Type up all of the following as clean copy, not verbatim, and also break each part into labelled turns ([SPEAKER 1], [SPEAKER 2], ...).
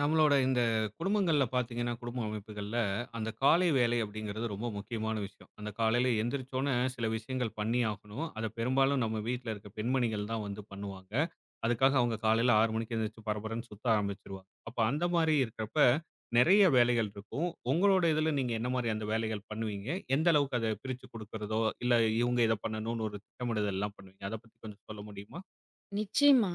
[SPEAKER 1] நம்மளோட இந்த குடும்பங்கள்ல பார்த்தீங்கன்னா, குடும்ப அமைப்புகள்ல அந்த காலை வேலை அப்படிங்கிறது ரொம்ப முக்கியமான விஷயம். அந்த காலையில எந்திரிச்சோனே சில விஷயங்கள் பண்ணி ஆகணும். அத பெரும்பாலும் நம்ம வீட்ல இருக்க பெண்மணிகள் தான் வந்து பண்ணுவாங்க. அதுக்காக அவங்க காலையில 6 மணிக்கு எந்திரிச்சு பரபரன்னு சுத்த ஆரம்பிச்சுருவாங்க. அப்ப அந்த மாரி இருக்கிறப்ப நெறைய வேலைகள் இருக்கும். உங்களோட இதுல நீங்க என்ன மாரி அந்த வேலைகள் பண்ணுவீங்க? எந்த அளவுக்கு அத பிரிச்சு குடுக்குறதோ, இல்ல இவங்க இத பண்ணணும்னு ஒரு திட்டமிடுதல்லாம் பண்ணுவீங்க. அத பத்தி கொஞ்சம் சொல்ல முடியுமா?
[SPEAKER 2] நிச்சயமா.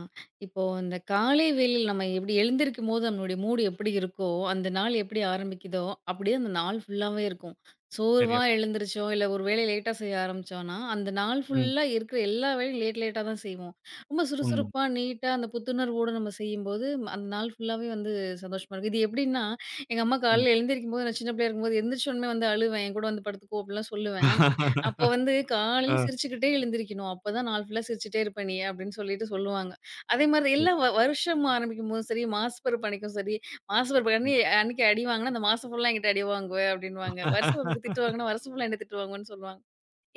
[SPEAKER 2] இப்போ இந்த காலை வேளையில் நம்ம எப்படி எழுந்திருக்கும்போது நம்மளுடைய மூடு எப்படி இருக்கோ, அந்த நாள் எப்படி ஆரம்பிக்குதோ, அப்படியே அந்த நாள் ஃபுல்லாவே இருக்கும். சோர்வா
[SPEAKER 1] சரியா.
[SPEAKER 2] எழுந்திரிச்சோம், இல்ல ஒரு வேலைய லேட்டா செய்ய ஆரம்பிச்சோம்னா, அந்த நாள்
[SPEAKER 1] ம்.
[SPEAKER 2] ஃபுல்லா இருக்கிற எல்லா வேலையும் லேட் லேட்டா தான் செய்வோம். ரொம்ப
[SPEAKER 1] உண்ம.
[SPEAKER 2] சுறுசுறுப்பா, நீட்டா அந்த புத்துணர்வோட நம்ம செய்யும்போது, அந்த நாள் ஃபுல்லாவே வந்து சந்தோஷமா இருக்கும். இது எப்படின்னா, எங்க அம்மா
[SPEAKER 1] ம்.
[SPEAKER 2] காலையில எழுந்திரிக்கும்போது நான் சின்ன பிள்ளையா இருக்கும்போது, எந்திரிச்ச உடனே வந்து அழுவேன். என் கூட வந்து படுத்துக்கோ அப்படிலாம் சொல்லுவேன். அப்ப வந்து காலையில
[SPEAKER 1] ஆ.
[SPEAKER 2] சிரிச்சுக்கிட்டே எழுந்திரிக்கணும். அப்பதான் நாள் ஃபுல்லா சிரிச்சுட்டே இருப்ப நீ அப்படின்னு சொல்லிட்டு சொல்லுவாங்க. அதே மாதிரி
[SPEAKER 1] சரி.
[SPEAKER 2] எல்லா வருஷம் ஆரம்பிக்கும்போதும் சரி, மாச பிறப்பு சரி, மாச பிறப்பு அன்னைக்கு அடி வாங்குனா, அந்த மாசம் ஃபுல்லா என்கிட்ட அடி வாங்குவ அப்படின்னுவாங்க. வருஷ பிறப்புக்கு திட்டு வாங்குனா, வருஷம் ஃபுல்லா என்ன திட்டுவாங்கன்னு சொல்லுவாங்க.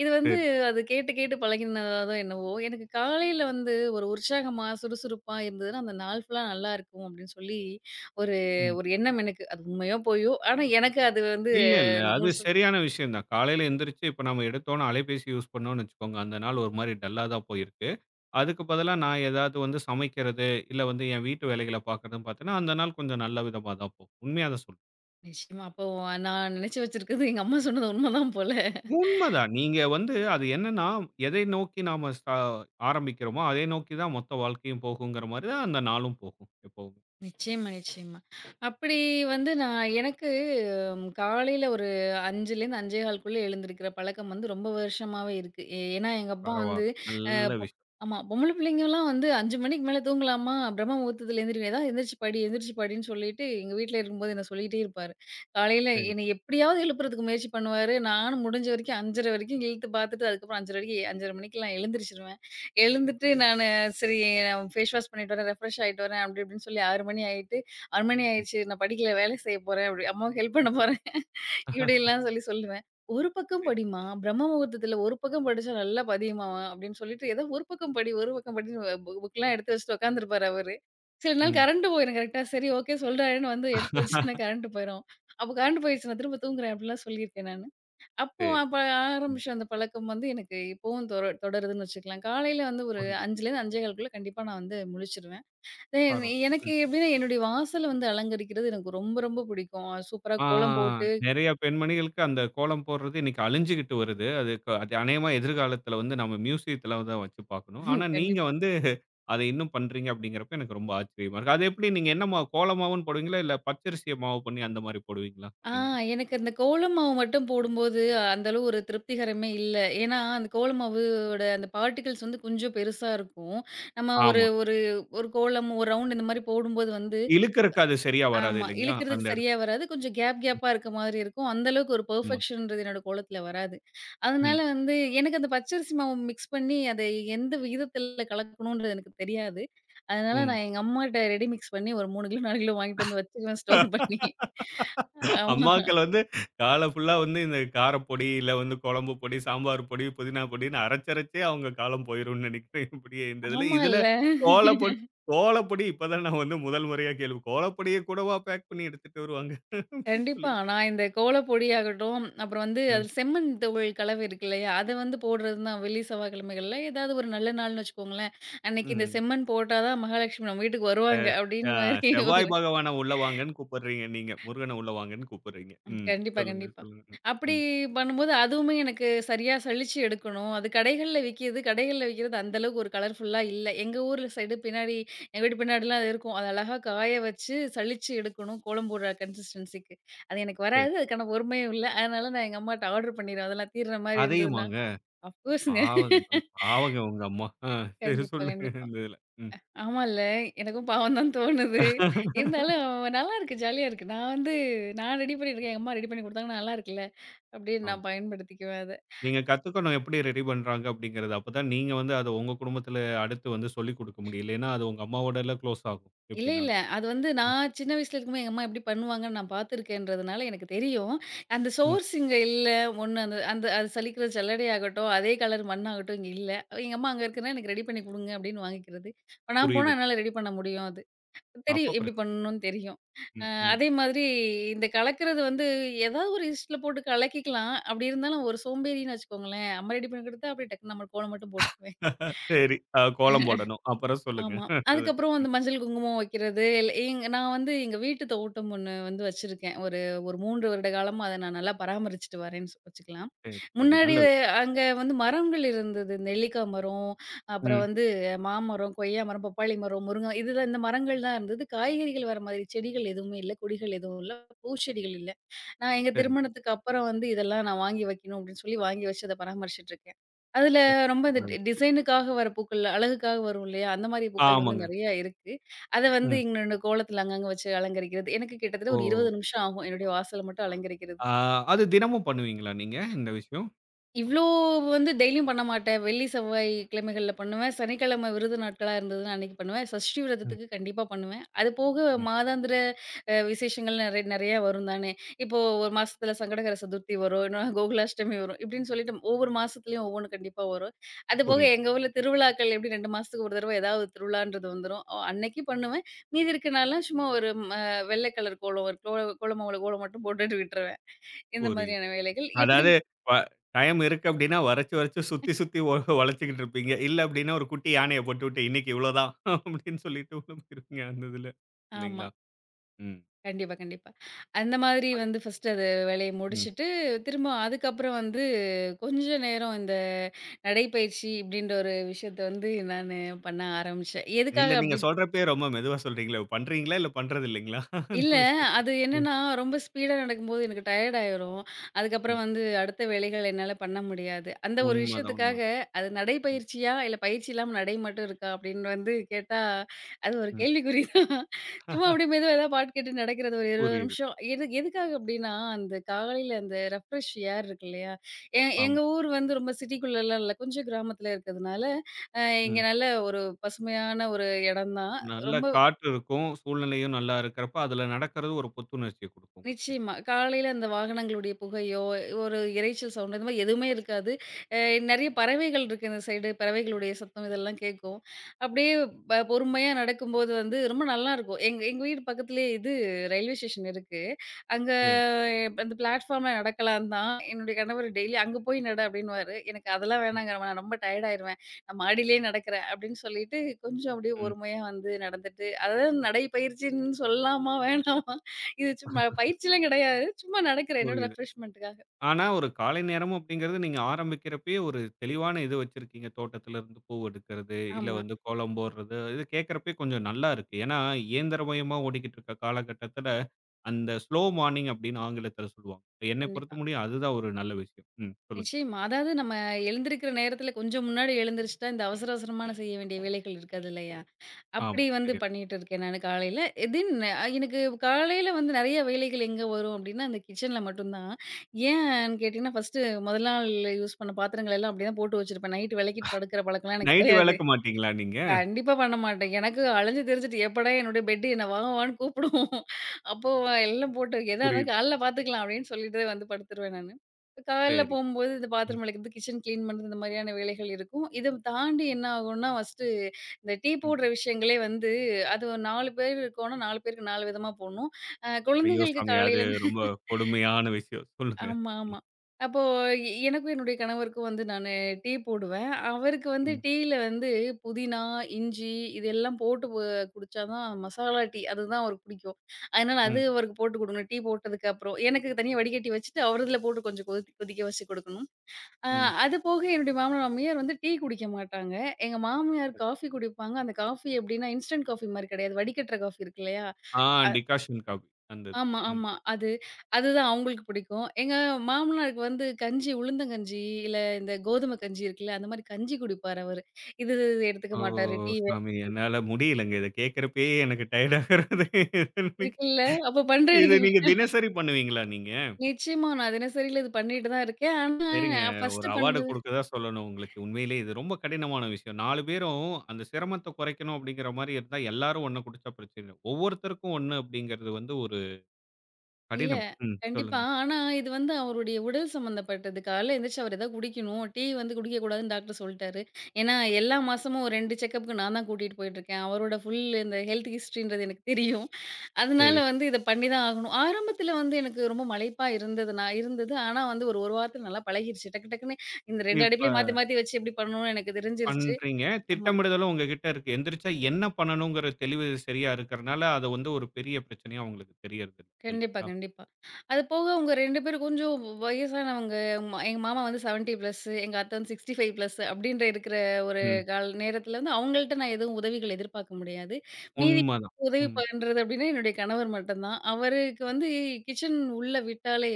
[SPEAKER 2] இது
[SPEAKER 1] சரி.
[SPEAKER 2] வந்து அது கேட்டு கேட்டு பழகினதாதோ என்னவோ, எனக்கு காலையில வந்து ஒரு உற்சாகமா, சுறுசுறுப்பா இருந்ததுன்னா, அந்த நாள் ஃபுல்லா நல்லாயிருக்கும் அப்படின்னு சொல்லி ஒரு
[SPEAKER 1] ம்.
[SPEAKER 2] ஒரு எண்ணம் எனக்கு. அது உண்மையோ பொய்யோ, ஆனா எனக்கு அது வந்து
[SPEAKER 1] இல்ல, இல்ல, அது
[SPEAKER 2] 100%
[SPEAKER 1] சரியான விஷயம் தான். காலையில எந்திரிச்சு இப்ப நம்ம எடுத்தோனே அலைபேசி யூஸ் பண்ணோம்னு வச்சுக்கோங்க, அந்த நாள் ஒரு மாரி டல்லா தான் போயிருக்கு. அதுக்கு பதிலா நான் ஏதாவது வந்து சமைக்கிறது, இல்ல வந்து என் வீட்டு வேலைகள பார்க்குறதுன்னு பார்த்தேன்னா, அந்த நாள் கொஞ்சம் நல்ல விதமா தான் போகும். உண்மையா தான் சொல்றேன்.
[SPEAKER 2] நிச்சயமா. அப்போ நான் நினைச்சு வச்சிருக்கிறது எங்க அம்மா சொன்னது உண்மதான் போல.
[SPEAKER 1] உண்மதான். நீங்க வந்து அது என்னன்னா, எதை நோக்கி நாம ச ஆரம்பிக்கிறோமோ, அதை நோக்கி தான் மொத்த வாழ்க்கையும் போகுங்கிற மாரி தான் அந்த நாளும் போகும் எப்பவுமே.
[SPEAKER 2] நிச்சயமா, நிச்சயமா. அப்படி வந்து நான் எனக்கு காலையில ஒரு 5:00லேருந்து 5:15க்குள்ள எழுந்திருக்கிற பழக்கம் வந்து ரொம்ப வருஷமாவே இருக்கு. ஏன்னா எங்க அப்பா வந்து
[SPEAKER 1] பரவால்ல.
[SPEAKER 2] அ
[SPEAKER 1] நல்ல
[SPEAKER 2] பொ
[SPEAKER 1] விஷயம்.
[SPEAKER 2] ஆமா. பொம்பள பிள்ளைங்கலாம் வந்து 5:00 மணிக்கு மேல தூங்கலாமா? பிரம்ம முகூர்த்தத்துல எந்திரிக்க ஏதாவது எந்திரிச்சு படி, எந்திரிச்சு படின்னு சொல்லிட்டு எங்க வீட்ல இருக்கும்போது என்ன சொல்லிட்டே இருப்பாரு. காலையில
[SPEAKER 1] சரி,
[SPEAKER 2] என்னை எப்படியாவது எழுப்புறதுக்கு முயற்சி பண்ணுவாரு. நானும் முடிஞ்ச வரைக்கும் 5:30 வரைக்கும் இழுத்து பார்த்துட்டு அதுக்கப்புறம் 5:30 மணிக்கெல்லாம் எழுந்திரிச்சுருவேன். எழுந்துட்டு நானு சரி நான் ஃபேஸ் வாஷ் பண்ணிட்டு வரேன், ரெஃப்ரெஷ் ஆயிட்டு வரேன், அப்படி இப்படின்னு சொல்லி 6 மணி
[SPEAKER 1] ம்,
[SPEAKER 2] ஆயிருச்சு. நான் படிக்கல, வேலை செய்ய போறேன், அப்படி அம்மாவுக்கு ஹெல்ப் பண்ண போறேன். இப்படிலாம் சொல்லி சொல்லுவேன். "ஒரு பக்கம்
[SPEAKER 1] சரி.
[SPEAKER 2] படிம்மா, பிரம்ம முகூர்த்தத்துல ஒரு பக்கம் படிச்சா நல்லா பதியுமா" அப்படின்னு சொல்லிட்டு, ஏதோ ஒரு பக்கம் படி, ஒரு பக்கம் படின்னு புக்லாம் எடுத்து வச்சுட்டு உட்காந்துருப்பாரு அவரு. சில நாள்
[SPEAKER 1] ம்,
[SPEAKER 2] கரண்ட் போயிரும் கரெக்ட்டா. சரி, ஓகே சொல்றாருன்னு வந்து எடுத்து வச்சு நான் கரண்ட் போயிரும். அப்போ கரண்ட் போயிருச்சு, நான் திரும்ப தூங்குறேன் அப்படிலாம் சொல்லியிருக்கேன் நானு. அப்போ
[SPEAKER 1] சரி.
[SPEAKER 2] அப்ப
[SPEAKER 1] ம்.
[SPEAKER 2] ஆரம்பிச்ச அந்த பழக்கம் வந்து எனக்கு இப்பவும் தொடருதுன்னு வச்சுக்கலாம். காலையில வந்து ஒரு
[SPEAKER 1] புரியுது.
[SPEAKER 2] 5:00லேருந்து 5:15க்குள்ள கண்டிப்பா நான் வந்து முழிச்சுருவேன். எ
[SPEAKER 1] பரவால்ல.
[SPEAKER 2] எனக்கு எப்படின்னா, என்னுடைய வாசல வந்து அலங்கரிக்கிறது எனக்கு ரொம்ப ரொம்ப பிடிக்கும். சூப்பரா
[SPEAKER 1] ஆ.
[SPEAKER 2] கோலம் போட்டு
[SPEAKER 1] நெறைய பெண்மணிகளுக்கு அந்த கோலம் போடுறது இன்னைக்கு அழிஞ்சுகிட்டு வருது. அது க அது அநேகமா எதிர்காலத்துல வந்து நம்ம மியூசியத்துல தான் வச்சு பார்க்கணும்.
[SPEAKER 2] ஹம்,
[SPEAKER 1] ஆனா நீங்க
[SPEAKER 2] கண்டிப்பா.
[SPEAKER 1] வந்து அத இன்னும் பண்றீங்க அப்படிங்கிறப்ப எனக்கு ரொம்ப ஆச்சரியமா இருக்கு. அது எப்படி நீங்க என்ன மாவு கோல மாவுன்னு போடுவீங்களா? இல்ல பச்சரிசிய மாவு பண்ணி அந்த மாரி போடுவீங்களா
[SPEAKER 2] ஆ
[SPEAKER 1] நீங்க?
[SPEAKER 2] எனக்கு அந்த கோல மாவு மட்டும் போடும்போது, அந்த அளவு ஒரு திருப்திகரமே இல்ல. ஏன்னா, அந்த கோல மாவோட அந்த பார்ட்டிகிள்ஸ் வந்து கொஞ்சம் பெருசா இருக்கும். நம்ம ஒரு
[SPEAKER 1] ஆமா.
[SPEAKER 2] ஒரு ஒரு கோலம், ஒரு ரவுண்ட் இந்த மாரி போடும்போது வந்து
[SPEAKER 1] இழுக்கறக்கு அது சரியா வராது
[SPEAKER 2] ஆமா.
[SPEAKER 1] இல்லைங்களா? அந்த
[SPEAKER 2] இழுக்கிறதுக்கு
[SPEAKER 1] இடத்து.
[SPEAKER 2] சரியா வராது. கொஞ்சம் கேப்பா இருக்க மாதிரி இருக்கும். அந்த அளவுக்கு ஒரு
[SPEAKER 1] ம்.
[SPEAKER 2] பெர்ஃபெக்ஷன்ன்றது என்னோட கோலத்துல வராது. அதனால
[SPEAKER 1] ம்.
[SPEAKER 2] வந்து எனக்கு அந்த பச்சரிசி மாவு மிக்ஸ் பண்ணி அதை எந்த விகிதத்துல கலக்கணும்ன்றது எனக்கு தெரியாது. அதனால
[SPEAKER 1] உண்ம.
[SPEAKER 2] நான் எங்க அம்மாட்ட ரெடி மிக்ஸ் பண்ணி ஒரு 3 கிலோ, 4 கிலோ வாங்கிட்டு வந்து வச்சுக்குவேன் ஸ்டோர் பண்ணி. ஆமா.
[SPEAKER 1] அம்மாக்கள் வந்து காலை ஃபுல்லா வந்து இந்த காரப்பொடி, இல்ல வந்து குழம்பு பொடி, சாம்பார் பொடி, புதினா பொடின்னு அரைச்சரைச்சே அவங்க காலம் போயிரும்னு நினைக்கிறேன். இப்படியே இந்த இதுல. இதுல
[SPEAKER 2] ஆமால்ல.
[SPEAKER 1] கோலப்பொடி. கோலப்பொடி இப்ப தான் நான் வந்து முதல் முறையா கேள்வி. கோலப்பொடிய கூடவா பேக் பண்ணி எடுத்துட்டு வருவாங்க? அப்படின்னு சொல்லி.
[SPEAKER 2] கண்டிப்பா. நான் இந்த கோல பொடியாகட்டும், அப்புறம் வந்து
[SPEAKER 1] ம்.
[SPEAKER 2] அதில செம்மண் தூள் கலவை இருக்கு இல்லையா? அத வந்து போடுறது தான் வெள்ளி, செவ்வாய்க்கிழமைகள்ல ஏதாவது ஒரு நல்ல நாள்னு வச்சுக்கோங்களேன். அன்னைக்கு இந்த
[SPEAKER 1] ம்.
[SPEAKER 2] செம்மண் போட்டா தான் மகாலட்சுமி நம்ம வீட்டுக்கு
[SPEAKER 1] அ.
[SPEAKER 2] வருவாங்க.
[SPEAKER 1] அ.
[SPEAKER 2] அப்படின்னு மாரி
[SPEAKER 1] செவ்வாய் பகவான உள்ள வாங்கன்னு கூப்பிடுறீங்க நீங்க. முருகன உள்ள வாங்கன்னு கூப்பிடுறீங்க.
[SPEAKER 2] ம்.
[SPEAKER 1] ம்.
[SPEAKER 2] கண்டிப்பா,
[SPEAKER 1] சொல்லுங்க,
[SPEAKER 2] கண்டிப்பா.
[SPEAKER 1] சொல்லுங்க. ம்.
[SPEAKER 2] அப்படி
[SPEAKER 1] ம்.
[SPEAKER 2] பண்ணும்போது அதுவுமே எனக்கு சரியா சலிச்சு எடுக்கணும். அது கடைகள்ல விக்கிது. கடைகள்ல விக்கிறது அந்த அளவுக்கு ஒரு கலர்ஃபுல்லா இல்ல. எங்க ஊர்ல சைடு பின்னாடி எங்க வீட்டு பின்னாடிலாம் அது இருக்கும். அது அழகா காய வச்சு சலிச்சு எடுக்கணும் கோலம் போடுற கன்சிஸ்டன்சிக்கு. அது எனக்கு
[SPEAKER 1] சரி.
[SPEAKER 2] வராது. அதுக்கான பொறுமையும் இல்ல. அதனால நான் எங்க அம்மாட்ட ஆர்டர் பண்ணிருவேன். அதெல்லாம் தீர்ற மாரி இருந்ததுன்னா.
[SPEAKER 1] அதையுமாங்க?
[SPEAKER 2] அஃப்கோர்ஸ்ங்க.
[SPEAKER 1] பாவங்க, பாவங்க உங்க அம்மா. ஆ. சரி
[SPEAKER 2] கண்டிப்பா,
[SPEAKER 1] சொல்லுங்க
[SPEAKER 2] கண்டிப்பா.
[SPEAKER 1] இந்த இதுல. ம்.
[SPEAKER 2] ஆமால்ல. எனக்கும் பாவம் தான் தோணுது. இருந்தாலும் நல்லா இருக்கு. ஜாலியா இருக்கு. நான் வந்து நான் ரெடி பண்ணிருக்கேன். எங்க அம்மா ரெடி பண்ணி குடுத்தாங்கன்னா நல்லா இருக்குல்ல. அப்டியே
[SPEAKER 1] ஆமா.
[SPEAKER 2] நான் பயன்படுத்திக்குவேன் அத.
[SPEAKER 1] நீங்க கத்துக்கணும் எப்படி ரெடி பண்றாங்க அப்படிங்கிறது. அப்பதான் நீங்க வந்து அத உங்க குடும்பத்துல அடுத்து வந்து சொல்லிக் குடுக்க முடியும். இல்லைன்னா அது உங்க அம்மாவோட எல்லாம் க்ளோஸ் ஆகும்
[SPEAKER 2] இல்ல, இல்ல.
[SPEAKER 1] எப்படின்னாலும்.
[SPEAKER 2] அது வந்து
[SPEAKER 1] ம்,
[SPEAKER 2] நான் சின்ன வயசுல இருக்கும்போது எங்க அம்மா எப்டி பண்ணுவாங்கன்னு நான் பார்த்துருக்கேன்றதுனால எனக்கு தெரியும். அந்த
[SPEAKER 1] ம்.
[SPEAKER 2] சோர்ஸ் இங்க இல்ல. ஒண்ணு அந்த அந்த அது சலிக்கிற ஜல்லடையாகட்டும், அதே கலர் மண்ணாகட்டும் இங்க இல்ல. எங்க அம்மா அங்க இருக்குன்னா எனக்கு ரெடி பண்ணி குடுங்க அப்டின்னு வாங்கிக்கிறது. இப்ப நான்
[SPEAKER 1] புரியுது.
[SPEAKER 2] போனா என்னால ரெடி பண்ண முடியும் அது.
[SPEAKER 1] அப்ப
[SPEAKER 2] தெரியும் எப்டி
[SPEAKER 1] பிரச்சனை.
[SPEAKER 2] பண்ணணும்னு தெரியும். அ
[SPEAKER 1] ம், ம்.
[SPEAKER 2] அதே மாதிரி இந்த கலக்கிறது வந்து ஏதாவது ஒரு இஸ்ட்ல போட்டு கலக்கிக்கலாம். அப்டி இருந்தாலும் ஒரு சோம்பேறின்னு வச்சுக்கோங்களேன். அம்மா ரெடி பண்ணி குடுத்தா அப்டியே டக்குன்னு நம்ம கோலம் மட்டும் போட்டு
[SPEAKER 1] சரி. அ கோலம் போடணும். அப்புறம் சொல்லுங்க.
[SPEAKER 2] ஆமா.
[SPEAKER 1] இதுல.
[SPEAKER 2] அதுக்கப்புறம் அந்த
[SPEAKER 1] ம்.
[SPEAKER 2] மஞ்சள், குங்குமம் வைக்கிறது. எங்க நான் வந்து எங்க வீட்டு தோட்டம் ஒண்ணு வந்து வச்சிருக்கேன். ஒரு ஒரு 3 வருட காலமா அத நான் நல்லா பராமரிச்சுட்டு வரேன்னு சொ வச்சுக்கலாம்.
[SPEAKER 1] சரி, சரி.
[SPEAKER 2] முன்னாடி
[SPEAKER 1] நல்ல விஷயம்.
[SPEAKER 2] அங்க வந்து மரங்கள் இருந்தது. நெல்லிக்கா மரம், அப்புறம்
[SPEAKER 1] ம்.
[SPEAKER 2] வந்து மாமரம், கொய்யா மரம், பப்பாளி மரம், முருங்கை இதுதான் இந்த மரங்கள் தான் இருந்தது. காய்கறிகள் வர மாதிரி செடிகள் எதுவுமே இல்ல. கொடிகள் எதுவும் இல்ல. பூச்செடிகள் இல்ல. நான் எங்க
[SPEAKER 1] சரிங்க.
[SPEAKER 2] திருமணத்துக்கு அப்புறம் வந்து இதெல்லாம் நான் வாங்கி வைக்கணும் அப்படின்னு சொல்லி வாங்கி வச்சு அதை பராமரிச்சுட்டு இருக்கேன். அதுல
[SPEAKER 1] சரி.
[SPEAKER 2] ரொம்ப இந்த
[SPEAKER 1] நல்ல விஷயம்.
[SPEAKER 2] டிசைனுக்காக வர பூக்கள், அழகுக்காக வரும் இல்லையா? அந்த மாரி பூக்கள் வந்து
[SPEAKER 1] ஆமாங்க.
[SPEAKER 2] நெறைய இருக்கு. அத வந்து
[SPEAKER 1] ம்.
[SPEAKER 2] எங்களோட கோலத்துல அங்கங்க வச்சு அலங்கரிக்கிறது. எனக்கு கிட்டத்தட்ட
[SPEAKER 1] ஓ!
[SPEAKER 2] ஒரு 20 நிமிஷம் ஆகும் என்னுடைய வாசல மட்டும்
[SPEAKER 1] ஆ.
[SPEAKER 2] அலங்கரிக்கிறதுக்கு.
[SPEAKER 1] அது தினமும் பண்ணுவீங்களா நீங்க இந்த விஷயம்?
[SPEAKER 2] இவ்ளோ வந்து டெய்லியும் பண்ண மாட்டேன். வெள்ளி, செவ்வாய் கிழமைகள்ல பண்ணுவேன். சனிக்கிழமை விரத நாட்களா இருந்ததுன்னா அன்னைக்கு பண்ணுவேன். சஷ்டி
[SPEAKER 1] ம்,
[SPEAKER 2] விரதத்துக்கு கண்டிப்பா பண்ணுவேன். அது போக
[SPEAKER 1] ம்.
[SPEAKER 2] மாதாந்திர விசேஷங்கள் நிறை நெறையா வரும் தானே! இப்போ ஒரு மாசத்துல சங்கடகர சதுர்த்தி வரும். இன்னும் கோகுலாஷ்டமி வரும். இப்படின்னு சொல்லிட்டு ஒவ்வொரு மாசத்துலயும் ஒவ்வொன்னு கண்டிப்பா வரும். அது போக
[SPEAKER 1] புரியுது,
[SPEAKER 2] எங்க ஊர்ல திருவிழாக்கள் எப்படி 2 மாசத்துக்கு ஒரு தடவ ஏதாவது திருவிழான்றது வந்துரும். அன்னைக்கு பண்ணுவேன். மீதி இருக்க நாள்லாம் சும்மா ஒரு வெள்ளை கலர் கோலம் ஒரு கோலமாவுல கோலம் மட்டும் போட்டுட்டு விட்டுருவேன். இந்த
[SPEAKER 1] புரியுது.
[SPEAKER 2] மாதிரியான வேலைகள். எப்படி
[SPEAKER 1] அதாவது வ டைம் இருக்கு அப்டின்னா, வறச்சு, வறச்சு சுத்தி, சுத்தி ஒ ஒழச்சுக்கிட்டு இருப்பீங்க. இல்ல அப்டின்னா, ஒரு குட்டி யானைய போட்டுவிட்டு, இன்னைக்கு இவ்ளோதான் அப்டின்னு சொல்லிட்டு உள்ள போயிருவீங்க அந்த இதுல.
[SPEAKER 2] ஆமா.
[SPEAKER 1] இல்லைங்களா? ம்.
[SPEAKER 2] கண்டிப்பா, கண்டிப்பா. அந்த மாதிரி
[SPEAKER 1] அது.
[SPEAKER 2] வந்து ஃபர்ஸ்ட்டு அது வேலைய
[SPEAKER 1] ம்.
[SPEAKER 2] முடிச்சுட்டு, திரும்ப அதுக்கப்புறம் வந்து கொஞ்ச நேரம் இந்த நடைப்பயிற்சி இப்படின்ற ஒரு விஷயத்த வந்து நானு பண்ண ஆரம்பிச்சேன்.
[SPEAKER 1] இல்ல
[SPEAKER 2] எதுக்காக
[SPEAKER 1] நீங்க சொல்றப்பயே ரொம்ப மெதுவா சொல்றீங்களே. பண்றீங்களா? இல்ல பண்றது இல்லைங்களா? அந்த
[SPEAKER 2] இல்ல.
[SPEAKER 1] விஷயத்த.
[SPEAKER 2] அது
[SPEAKER 1] ம்,
[SPEAKER 2] என்னன்னா, ரொம்ப ஸ்பீடா நடக்கும்போது எனக்கு டயர்ட் ஆயிரும். அதுக்கப்புறம்
[SPEAKER 1] ம்.
[SPEAKER 2] வந்து அடுத்த வேலைகள் என்னால பண்ண முடியாது. அந்த ஒரு
[SPEAKER 1] உண்மதான்,
[SPEAKER 2] விஷயத்துக்காக,
[SPEAKER 1] உண்மதான்.
[SPEAKER 2] அது
[SPEAKER 1] ம்,
[SPEAKER 2] நடைப்பயிற்சியா? இல்ல பயிற்சி இல்லாம நடை மட்டும் இருக்கா? அப்படின்னு வந்து கேட்டா, அது ஒரு
[SPEAKER 1] ம்.
[SPEAKER 2] கேள்விக்குறி தான். சும்மா அப்படியே மெதுவா ஏதாவது பாட்டு கேட்டு நடக்கிறது ஒரு 20
[SPEAKER 1] புரியுது.
[SPEAKER 2] நிமிஷம். எது எதுக்காக அப்படின்னா, அந்த காலையில அந்த ரெஃப்ரெஷ் ஏர் இருக்கு இல்லையா?
[SPEAKER 1] ஆமா.
[SPEAKER 2] எங்க ஊர் வந்து ரொம்ப சிட்டிக்குள்ளலாம் இல்ல. கொஞ்சம் கிராமத்துல இருக்கிறதுனால, அ இங்க
[SPEAKER 1] ம்.
[SPEAKER 2] நல்ல ஒரு பசுமையான ஒரு இடம் தான்.
[SPEAKER 1] நல்ல
[SPEAKER 2] ரொம்ப
[SPEAKER 1] காற்று இருக்கும். சூழ்நிலையும் நல்லா இருக்கிறப்ப, அதுல நடக்கிறது ஒரு புத்துணர்ச்சிய குடுக்கும் உங்களுக்கு.
[SPEAKER 2] நிச்சயமா. காலையில அந்த வாகனங்களுடைய புகையோ, ஒரு இரைச்சல் சவுண்ட் இந்த மாரி எதுவுமே இருக்காது. அ நெறைய பறவைகள் இருக்கு இந்த சைடு. பறவைகளுடைய சத்தம் இதெல்லாம் கேட்கும். அப்படியே பொறுமையா நடக்கும்போது வந்து ரொம்ப நல்லாருக்கும். எங்க எங்க வீடு பக்கத்துலயே இது ரயில்வே ஸ்டேஷன் இருக்கு. அங்க
[SPEAKER 1] சரி.
[SPEAKER 2] அந்த பிளாட்ஃபார்ம்ல நடக்கலாம் தான். என்னுடைய கணவர் டெய்லி "அங்க போய் நட" அப்படின்னுவாரு. எனக்கு அதெல்லாம்
[SPEAKER 1] ம்.
[SPEAKER 2] வேணாங்க. நான் ரொம்ப டயர்ட் ஆயிருவேன். நான் மாடியிலேயே நடக்கிறேன் அப்படின்னு சொல்லிட்டு, கொஞ்சம் அப்படியே
[SPEAKER 1] ம்.
[SPEAKER 2] பொறுமையா வந்து நடந்துட்டு அதாவது நடைப்பயிற்சின்னு சொல்லலாமா? வேணாமா? இது சும்மா பயிற்சிலாம் கிடையாது. சும்மா நடக்கிறேன் என்னோட
[SPEAKER 1] புரியுது.
[SPEAKER 2] ரெஃப்ரெஷ்மென்ட்டுக்காக.
[SPEAKER 1] ஆனா, ஒரு காலை நேரம் அப்படிங்கிறது நீங்க ஆரம்பிக்கிறப்பயே ஒரு தெளிவான இது வச்சிருக்கீங்க. தோட்டத்திலருந்து பூ எடுக்கிறது, இல்ல
[SPEAKER 2] ஆமா.
[SPEAKER 1] வந்து கோலம் போடுறது, இது கேட்கறப்பயே கொஞ்சம் நல்லா இருக்கு. ஏன்னா, இயந்திரமயமா ஓடிக்கிட்டு இருக்க காலகட்டத்தில, அந்த ஸ்லோ மார்னிங் அப்படின்னு ஆங்கிலத்தில சொல்லுவாங்க. என்னை பொறுத்த
[SPEAKER 2] கண்டிப்பா.
[SPEAKER 1] முடியும் அதுதான் ஒரு நல்ல விஷயம். ம். சொல்லுங்க.
[SPEAKER 2] நிச்சயமா. அதாவது நம்ம எழுந்திருக்கிற நேரத்தில கொஞ்சம் முன்னாடி எழுந்திரிச்சுட்டா, இந்த அவசர அவசரமான செய்ய வேண்டிய வேலைகள் இருக்காது இல்லையா? அப்படி
[SPEAKER 1] ஆமா.
[SPEAKER 2] வந்து
[SPEAKER 1] சரியா.
[SPEAKER 2] பண்ணிட்டு இருக்கேன் நானு காலையில. தென் எனக்கு காலையில வந்து நெறைய வேலைகள் எங்க வரும் அப்படின்னா, அந்த கிச்சன்ல மட்டும் தான். ஏன்னு கேட்டீங்கன்னா, ஃபர்ஸ்ட்டு முதல் நாள் யூஸ் பண்ண பாத்திரங்கள் எல்லாம் அப்படியே தான் போட்டு வச்சிருப்பேன். நைட்டு விளக்கிட்டு படுக்கிற பழக்கம்லாம் எனக்கு
[SPEAKER 1] நைட்
[SPEAKER 2] கிடையாது.
[SPEAKER 1] விளக்க மாட்டீங்களா நீங்க?
[SPEAKER 2] கண்டிப்பா பண்ண மாட்டேன். எனக்கு அலைஞ்சு திரிஞ்சுட்டு எப்படா என்னுடைய பெட்டு என்ன வா வான்னு கூப்பிடும். அப்போ எல்லாம் போட்டு எதா இருந்தாலும்
[SPEAKER 1] புரியுது.
[SPEAKER 2] காலைல பார்த்துக்கலாம் அப்படின்னு சொல்லிட்டு வந்து படுத்துருவேன் நானு. காலைல
[SPEAKER 1] சரி.
[SPEAKER 2] போம்போது இந்த
[SPEAKER 1] ம்,
[SPEAKER 2] பாத்திரம் விளக்கிறது, கிச்சன் கிளீன் பண்றது இந்த மாதிரியான வேலைகள் இருக்கும். இத தாண்டி என்ன ஆகும்னா ஃபர்ஸ்ட்டு இந்த டீ
[SPEAKER 1] ம்.
[SPEAKER 2] போடுற விஷயங்களே வந்து அது 4 பேர் இருக்கோம்னா 4 பேருக்கு 4 விதமா போடணும்.
[SPEAKER 1] ஐயோ
[SPEAKER 2] குழந்தைகளுக்கு
[SPEAKER 1] சாமி! அது
[SPEAKER 2] காலையில
[SPEAKER 1] ரொம்ப கொடுமையான விஷயம். சொல்லுங்க.
[SPEAKER 2] ஆமா, ஆமா.
[SPEAKER 1] ம்,
[SPEAKER 2] அப்போ எனக்கும் என்னுடைய கணவருக்கும் வந்து நானு டீ போடுவேன். அவருக்கு வந்து
[SPEAKER 1] ம்,
[SPEAKER 2] டீயில வந்து புதினா, இஞ்சி இதெல்லாம் போட்டு குடிச்சா தான் மசாலா டீ. அதுதான் அவருக்கு பிடிக்கும். அதனால
[SPEAKER 1] ம்,
[SPEAKER 2] அது அவருக்கு போட்டு குடுக்கணும். டீ போட்டதுக்கு அப்புறம். எனக்கு தனியா வடிகட்டி வச்சுட்டு, அவருதுல போட்டு கொஞ்சம் கொதி கொதிக்க வச்சு கொடுக்கணும். அ
[SPEAKER 1] ம்.
[SPEAKER 2] அது போக என்னுடைய மாமனார், மாமியார் வந்து டீ குடிக்க மாட்டாங்க. எங்க மாமியார் காஃபி குடிப்பாங்க. அந்த காஃபி எப்படின்னா, இன்ஸ்டன்ட் காஃபி மாரி கிடையாது. வடிகட்டுற காஃபி இருக்கு இல்லையா?
[SPEAKER 1] ஆ. Decoction coffee. அந்த இது.
[SPEAKER 2] ஆமா,
[SPEAKER 1] ம்.
[SPEAKER 2] ஆமா. அது அதுதான் அவங்களுக்கு பிடிக்கும். எங்க மாமனாருக்கு வந்து கஞ்சி, உளுந்தங்கஞ்சி இல்ல இந்த கோதுமை கஞ்சி இருக்குல்ல, அந்த மாரி கஞ்சி குடிப்பாரு அவரு. இது இது
[SPEAKER 1] ஓ!
[SPEAKER 2] எடுத்துக்க மாட்டாரு. டீ
[SPEAKER 1] சாமி என்னால முடியலங்க. இத கேட்கிறப்பயே எனக்கு டயர்ட் ஆகுறது.
[SPEAKER 2] இருக்குல்ல, அப்ப பண்றேன்
[SPEAKER 1] இத
[SPEAKER 2] எனக்கு
[SPEAKER 1] நீங்க தினசரி பண்ணுவீங்களா நீங்க?
[SPEAKER 2] நிச்சயமா நான் தினசரில இது பண்ணிட்டு தான் இருக்கேன்.
[SPEAKER 1] சரிங்க.
[SPEAKER 2] ஆனா
[SPEAKER 1] ஒரு
[SPEAKER 2] ஃபர்ஸ்ட்டு
[SPEAKER 1] அவார்டு
[SPEAKER 2] பண்ணும்போது
[SPEAKER 1] குடுக்கதா சொல்லணும் உங்களுக்கு. உண்மையிலேயே இது ரொம்ப கடினமான விஷயம். 4 பேரும் அந்த சிரமத்த குறைக்கணும் அப்படிங்கிற மாரி இருந்தா எல்லாரும் ஒண்ணு குடிச்சா பிரச்சனை இல்ல. ஒவ்வொருத்தருக்கும் ஒண்ணு அப்படிங்கிறது வந்து ஒரு
[SPEAKER 2] இல்ல
[SPEAKER 1] கடினம். ம்.
[SPEAKER 2] கண்டிப்பா.
[SPEAKER 1] சொல்லுங்க.
[SPEAKER 2] ஆனா இது வந்து அவருடைய உடல் சம்மந்தப்பட்டது. காலைல எந்திரிச்சு அவர் ஏதாவது குடிக்கணும். டீ வந்து குடிக்கக்கூடாதுன்னு டாக்டர் சொல்ட்டாரு. ஏன்னா எல்லா மாசமும் 2 செக்கப்புக்கு நான் தான் கூட்டிட்டு போயிட்டுருக்கேன். அவரோட ஃபுல் இந்த ஹெல்த் ஹிஸ்ட்ரின்றது எனக்கு தெரியும்.
[SPEAKER 1] சரி,
[SPEAKER 2] அதனால
[SPEAKER 1] சரி.
[SPEAKER 2] வந்து இத பண்ணி தான் ஆகணும். ஆரம்பத்தில வந்து எனக்கு ரொம்ப மலைப்பா இருந்தது நான் இருந்தது. ஆனா வந்து ஒரு வாரத்துல நல்லா பழகிருச்சு. டக்கு டக்குன்னு இந்த 2
[SPEAKER 1] இப்ப
[SPEAKER 2] அடுப்புலயும் மாத்தி, மாத்தி வச்சு எப்படி பண்ணணும்னு எனக்கு தெரிஞ்சிருச்சு.
[SPEAKER 1] பண்றீங்க.
[SPEAKER 2] ஆமா.
[SPEAKER 1] திட்டமிடுதலும் உங்ககிட்ட இருக்கு. எந்திரிச்சா என்ன பண்ணணுங்கிற தெளிவு சரியா இருக்கறனால, அது வந்து ஒரு பெரிய பிரச்சனையா உங்களுக்கு தெரியறது இல்ல.
[SPEAKER 2] கண்டிப்பா,
[SPEAKER 1] இல்லைங்களா?
[SPEAKER 2] கண்டிப்பா. அது போக அவங்க 2 பேரும் கொஞ்சம் வயசானவங்க. எங்க மாமா வந்து 70 பிளஸ் எங்க அத்தை வந்து 65 பிளஸ் அப்படின்ற இருக்கிற ஒரு
[SPEAKER 1] ம்.
[SPEAKER 2] கால நேரத்துல வந்து அவங்கள்ட்ட நான் எதுவும் உதவிகள் எதிர்பார்க்க முடியாது. மீதி
[SPEAKER 1] உண்மதான்.
[SPEAKER 2] உதவி
[SPEAKER 1] உண்ம.
[SPEAKER 2] பண்றது அப்படின்னா என்னுடைய கணவர் மட்டும் தான். அவருக்கு வந்து கிச்சன் உள்ள விட்டாலே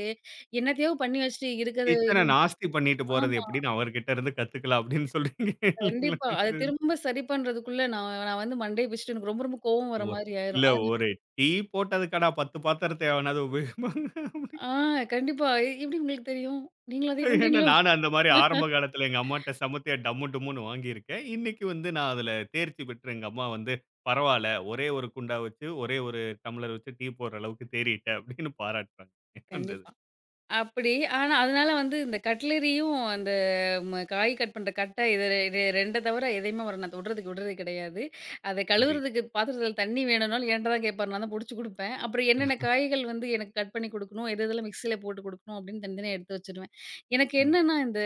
[SPEAKER 2] என்னத்தையோ பண்ணி வச்சுட்டு இருக்கிறது
[SPEAKER 1] கிச்சன நாஸ்தி பண்ணிட்டு போறது எப்படின்னு அவர்கிட்ட இருந்து கத்துக்கலாம் அப்படின்னு சொல்றீங்க இல்லைங்களா?
[SPEAKER 2] கண்டிப்பா.
[SPEAKER 1] இந்த
[SPEAKER 2] அத
[SPEAKER 1] இதுல.
[SPEAKER 2] திரும்ப சரி பண்றதுக்குள்ள நான் நான் வந்து மண்டைய பிச்சுட்டு எனக்கு ரொம்ப ரொம்ப கோவம் வர
[SPEAKER 1] ஒரு
[SPEAKER 2] மாரி
[SPEAKER 1] இல்ல
[SPEAKER 2] ஆயிரும். அதனா
[SPEAKER 1] ஒரு டீ போட்டதுக்காடா 10 பாத்திரத்த எவனாவது உபயோகிப்பாங்க அப்படி.
[SPEAKER 2] ஆ கண்டிப்பா. எப்படி உங்களுக்கு தெரியும்? நீங்களும் அதே
[SPEAKER 1] ஏன்னா
[SPEAKER 2] பண்றீங்களோ?
[SPEAKER 1] நானும் அந்த மாதிரி ஆரம்ப காலத்துல எங்க அம்மாட்ட சமத்தியா டம்மு டும்முன்னு வாங்கியிருக்கேன். இன்னைக்கு வந்து நான் அதுல தேர்ச்சி பெற்று எங்க அம்மா வந்து பரவாயில்ல. ஒரே ஒரு குண்டா வச்சு, ஒரே ஒரு டம்ளர் வச்சு டீ போடுற அளவுக்கு தேறிட்ட அப்படின்னு பாராட்டுறாங்க. அந்த இது.
[SPEAKER 2] கண்டிப்பா. அப்படி. ஆனா, அதனால வந்து இந்த கட்லரியும், அந்த காய் கட் பண்ற கட்டை இது இது 2 தவிர எதையுமே அவர நான் தொடுறதுக்கு விடுறது கிடையாது. அத
[SPEAKER 1] புரியுது.
[SPEAKER 2] கழுவுறதுக்கு பாத்திரத்துல தண்ணி வேணும்னாலும் என்ட்ட தான் கேட்பாரு. நான் தான் புடிச்சு குடுப்பேன். அப்புறம் என்னென்ன காய்கள் வந்து எனக்கு கட் பண்ணி குடுக்கணும், எது எதெல்லாம் மிக்ஸியில போட்டு குடுக்கணும் அப்படின்னு தனித்தனியா எடுத்து வச்சுருவேன். எனக்கு
[SPEAKER 1] ம்.
[SPEAKER 2] என்னன்னா, இந்த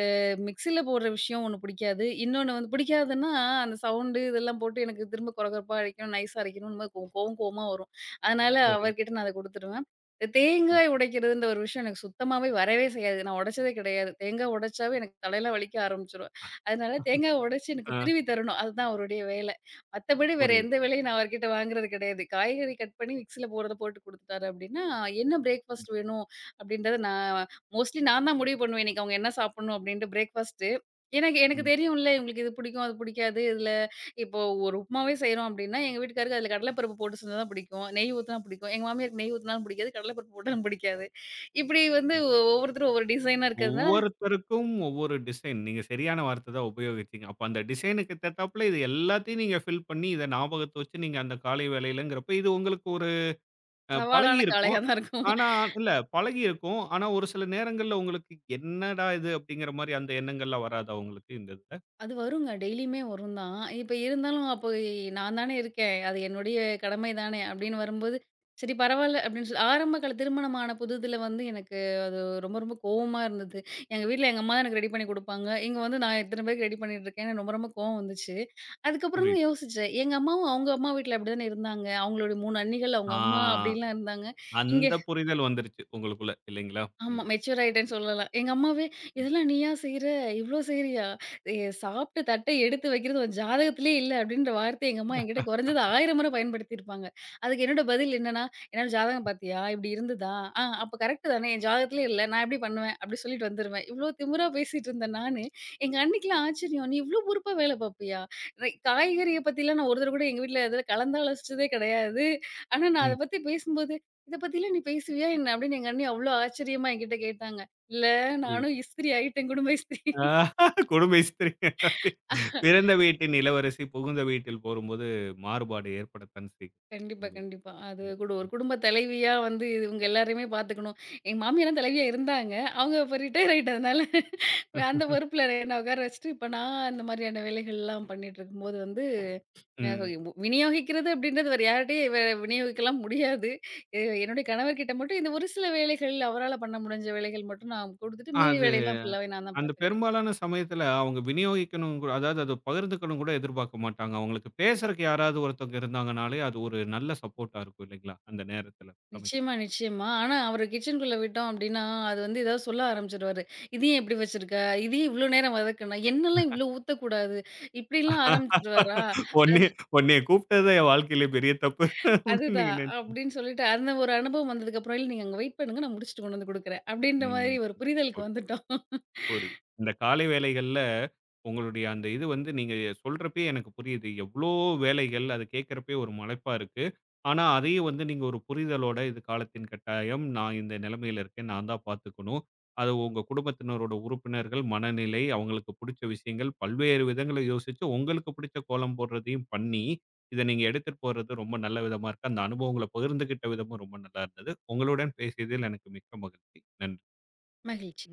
[SPEAKER 2] மிக்ஸியில போடுற விஷயம் ஒண்ணு பிடிக்காது. இன்னொன்னு வந்து பிடிக்காதுன்னா, அந்த சவுண்டு இதெல்லாம் போட்டு எனக்கு திரும்ப கொரகொரப்பா அரைக்கணும், நைஸா அரைக்கணும். இந்த மாரி கோவம் கோவமா வரும். அதனால
[SPEAKER 1] சரி.
[SPEAKER 2] அவர்கிட்ட நான் அத குடுத்துருவேன். இந்த
[SPEAKER 1] ம்.
[SPEAKER 2] தேங்காய் உடைக்கிறதுன்ற ஒரு விஷயம் எனக்கு சுத்தமாவே வரவே செய்யாது. நான் உடைச்சதே கிடையாது. தேங்காய் உடைச்சாவே எனக்கு தலைலாம் வலிக்க ஆரம்பிச்சுரும். அதனால தேங்காய் உடைச்சு எனக்கு
[SPEAKER 1] ஆ.
[SPEAKER 2] திருவி தரணும். அதுதான் அவருடைய வேலை. மத்தபடி வேற
[SPEAKER 1] புரியுது.
[SPEAKER 2] எந்த வேலையும் நான் அவர்கிட்ட வாங்குறது கிடையாது. காய்கறி கட் பண்ணி மிக்ஸில போடுறத போட்டு குடுத்துட்டாரு அப்டின்னா, என்ன பிரேக்ஃபாஸ்ட் வேணும் அப்டின்றத நான் மோஸ்ட்லி நான் தான் முடிவு பண்ணுவேன். இன்னைக்கு அவங்க என்ன சாப்பிடணும் அப்டின்ட்டு பிரேக்ஃபாஸ்ட்டு. எனக்கு
[SPEAKER 1] ம்.
[SPEAKER 2] எனக்கு
[SPEAKER 1] ம்.
[SPEAKER 2] தெரியும்ல இவங்களுக்கு இது பிடிக்கும், அது பிடிக்காது. இதுல இப்போ ஒரு உப்புமாவே செய்றோம் அப்டின்னா, எங்க வீட்டுக்காருக்கு அதுல கடலப்பருப்பு போட்டு செஞ்சா தான் பிடிக்கும். நெய் ஊத்துனா பிடிக்கும். எங்க மாமியாருக்கு நெய் ஊத்துனாலும் பிடிக்காது. கடலப்பருப்பு போட்டாலும் பிடிக்காது. இப்டி வந்து ஒவ்வொருத்தரும் ஒவ்வொரு டிசைனா இருக்கிறதுனால
[SPEAKER 1] ஒவ்வொருத்தருக்கும் ஒவ்வொரு டிசைன். நீங்க சரியான வார்த்தை தான் உபயோகிச்சீங்க. அப்ப அந்த டிசைனுக்கு தகுந்தாப்புல இது எல்லாத்தையும் நீங்க ஃபில் பண்ணி, இத ஞாபகத்த வச்சு நீங்க அந்த காலை வேளையிலங்கிறப்ப, இது உங்களுக்கு ஒரு அ
[SPEAKER 2] சவாலான
[SPEAKER 1] பழகியிருக்கும்.
[SPEAKER 2] காளையா தான் இருக்கும்.
[SPEAKER 1] ஆனா இல்ல பழகியிருக்கும். ஆனா ஒரு சில நேரங்கள்ல உங்களுக்கு என்னடா இது அப்படிங்கிற மாரி அந்த எண்ணங்கள்லாம் வராதா உங்களுக்கு இந்த இதுல?
[SPEAKER 2] அது வருங்க. டெய்லியுமே வரும் தான். இப்ப இருந்தாலும் அப்போ நான் தானே இருக்கேன். அது என்னுடைய கடமை தானே அப்படின்னு வரும்போது, சரி பரவால்ல அப்படின்னு சொல்லி ஆரம்ப கால திருமணம் ஆன புதிதில வந்து எனக்கு அது ரொம்ப ரொம்ப கோவமா இருந்தது. எங்க வீட்ல எங்க அம்மா தான் எனக்கு ரெடி பண்ணி குடுப்பாங்க. இங்க வந்து நான் இத்தன பேருக்கு ரெடி பண்ணிட்டு இருக்கேன்னு ரொம்ப ரொம்ப கோவம் வந்துச்சு. அதுக்கப்புறம்
[SPEAKER 1] புரியுது.
[SPEAKER 2] தான் யோசிச்சேன். எங்க அம்மாவும் அவங்க அம்மா வீட்ல அப்படிதானே இருந்தாங்க. அவங்களுடைய 3 அண்ணிகள்
[SPEAKER 1] ஆ.
[SPEAKER 2] அவங்க அம்மா அப்படிலாம் இருந்தாங்க. இங்க
[SPEAKER 1] அந்த புரிதல் வந்துருச்சு உங்களுக்குள்ள இல்லைங்களா? இந்த
[SPEAKER 2] ஆமா.
[SPEAKER 1] இது.
[SPEAKER 2] மெச்சூர் ஆயிட்டேன்னு சொல்லலாம். எங்க அம்மாவே, "இதெல்லாம் நீயா செய்ற? இவ்ளோ செய்றியா? எ சாப்ட்டு தட்ட எடுத்து வைக்கிறது உன் ஜாதகத்திலேயே இல்ல." அப்படின்ற வார்த்தைய எங்க அம்மா என்கிட்ட குறைஞ்சது 1000 முறை பயன்படுத்தியிருப்பாங்க. அதுக்கு என்னோட பதில் என்னன்னா, "என்னோட ஜாதகம் பாத்தியா? இப்படி இருந்ததா? ஆ அப்ப கரெக்ட் தானே? என் ஜாதகத்திலேயே இல்ல. நான் எப்படி பண்ணுவேன்?" அப்படி சொல்லிட்டு வந்துருவேன். இவ்ளோ திமிரா பேசிட்டு இருந்த நானு, எங்க அண்ணிக்குலாம் ஆச்சரியம். "நீ இவ்ளோ பொறுப்பா வேல பாப்பியா? ரை காய்கறிய பத்திலாம் நான் ஒரு தடவ கூட எங்க வீட்ல அதுல கலந்தாலோசிச்சதே கிடையாது. ஆனா நான்
[SPEAKER 1] ம்.
[SPEAKER 2] அத பத்தி பேசும்போது இத பத்திலாம் நீ பேசுவியா என்ன? அப்படின்னு எங்க அண்ணி அவ்ளோ ஆச்சரியமா என்கிட்ட கேட்டாங்க. இல்ல
[SPEAKER 1] புரியுது.
[SPEAKER 2] நானும் இஸ்திரி ஆயிட்டேன். குடும்ப இஸ்திரி.
[SPEAKER 1] ஆ. குடும்ப இஸ்திரி. பிறந்த வீட்டின் இளவரசி புகுந்த வீட்டில் போரும்போது மாறுபாடு ஏற்படத்தான் செய்யும்.
[SPEAKER 2] கண்டிப்பா,
[SPEAKER 1] உண்மை.
[SPEAKER 2] கண்டிப்பா. அது கூட
[SPEAKER 1] ம்.
[SPEAKER 2] ஒரு குடும்ப தலைவியா வந்து இவங்க எல்லாரையுமே பார்த்துக்கணும். எங்க மாமியார்லாம் தலைவியா இருந்தாங்க. அவங்க இப்ப ரிட்டயர் ஆயிட்டதுனால அந்த பொறுப்புல என்ன உட்கார வச்சுட்டு, இப்ப நான் இந்த மாதிரியான வேலைகள்லாம் பண்ணிட்டு இருக்கும்போது வந்து
[SPEAKER 1] ம்.
[SPEAKER 2] அ
[SPEAKER 1] ம்.
[SPEAKER 2] விநியோகிக்கிறது அப்படின்றது வேற யார்ட்டயும் விநியோகிக்கலாம் முடியாது. என்னுடைய கணவர்கிட்ட மட்டும் இந்த ஒரு சில வேலைகள் அவரால பண்ண முடிஞ்ச வேலைகள் மட்டும் நான் குடுத்துட்டு மீதி
[SPEAKER 1] அது
[SPEAKER 2] வேலையெல்லாம் ஃபுல்லாவே நான் தான்
[SPEAKER 1] அந்த
[SPEAKER 2] பார்த்துக்கிறேன்.
[SPEAKER 1] பெரும்பாலான சமயத்துல அவங்க விநியோகிக்கணும் கூட அதாவது அத பகிர்ந்துக்கணும் கூட எதிர்பார்க்க மாட்டாங்க. அவங்களுக்கு பேசுறக்கு யாராவது ஒருத்தவங்க இருந்தாங்கனாலே, அது ஒரு நல்ல சப்போர்ட்டா இருக்கும் இல்லைங்களா? அந்த நேரத்துல சமைக்க.
[SPEAKER 2] நிச்சயமா, நிச்சயமா. ஆனா, அவர கிச்சனுக்குள்ள விட்டோம் அப்டின்னா, அது வந்து ஏதாவது சொல்ல ஆரம்பிச்சுருவாரு. "இது ஏன் இப்டி வச்சிருக்க? இது ஏன் இவ்ளோ நேரம் வதக்குன? எண்ணெல்லாம் இவ்ளோ ஊத்தக்கூடாது." இப்டிலாம் ஆரம்பிச்சுருவாரா,
[SPEAKER 1] உன்னைய உன்னைய கூப்பிட்டது தான் என் வாழ்க்கையில பெரிய தப்பு அப்படின்னு
[SPEAKER 2] அதுதான்
[SPEAKER 1] நீங்க நினைச்சு.
[SPEAKER 2] அப்டின்னு சொல்லிட்டு அந்த ஒரு அனுபவம் வந்ததுக்கப்புறம், "இல்ல நீங்க அங்க வெயிட் பண்ணுங்க. நான் முடிச்சுட்டு கொண்டு வந்து குடுக்குறேன்." அப்டின்ற மாரி
[SPEAKER 1] ம்.
[SPEAKER 2] ஒரு புரிதலுக்கு வந்துட்டோம்.
[SPEAKER 1] புரியுது. இந்த காலை வேளைகள்ல உங்களுடைய அந்த இது வந்து நீங்க சொல்றப்பயே எனக்கு புரியுது. எவ்ளோ வேலைகள் அது கேட்கறப்பயே ஒரு மலைப்பா இருக்கு. ஆனா அதையும் வந்து நீங்க ஒரு புரிதலோட இது காலத்தின் கட்டாயம். நான் இந்த நிலைமையில இருக்கேன். நான் தான் பார்த்துக்கணும். அது உங்க குடும்பத்தினரோட உறுப்பினர்கள் மனநிலை, அவங்களுக்கு பிடிச்ச விஷயங்கள் பல்வேறு விதங்கள யோசிச்சு உங்களுக்கு பிடிச்ச கோலம் போடுறதையும் பண்ணி, இத நீங்க எடுத்துட்டு போறது ரொம்ப நல்ல விதமா இருக்கு. அந்த அனுபவங்கள பகிர்ந்துகிட்ட விதமும் ரொம்ப நல்லா இருந்தது. உங்களுடன் பேசியதில் எனக்கு மிக்க மகிழ்ச்சி. நன்றி.
[SPEAKER 2] மகிழ்ச்சி.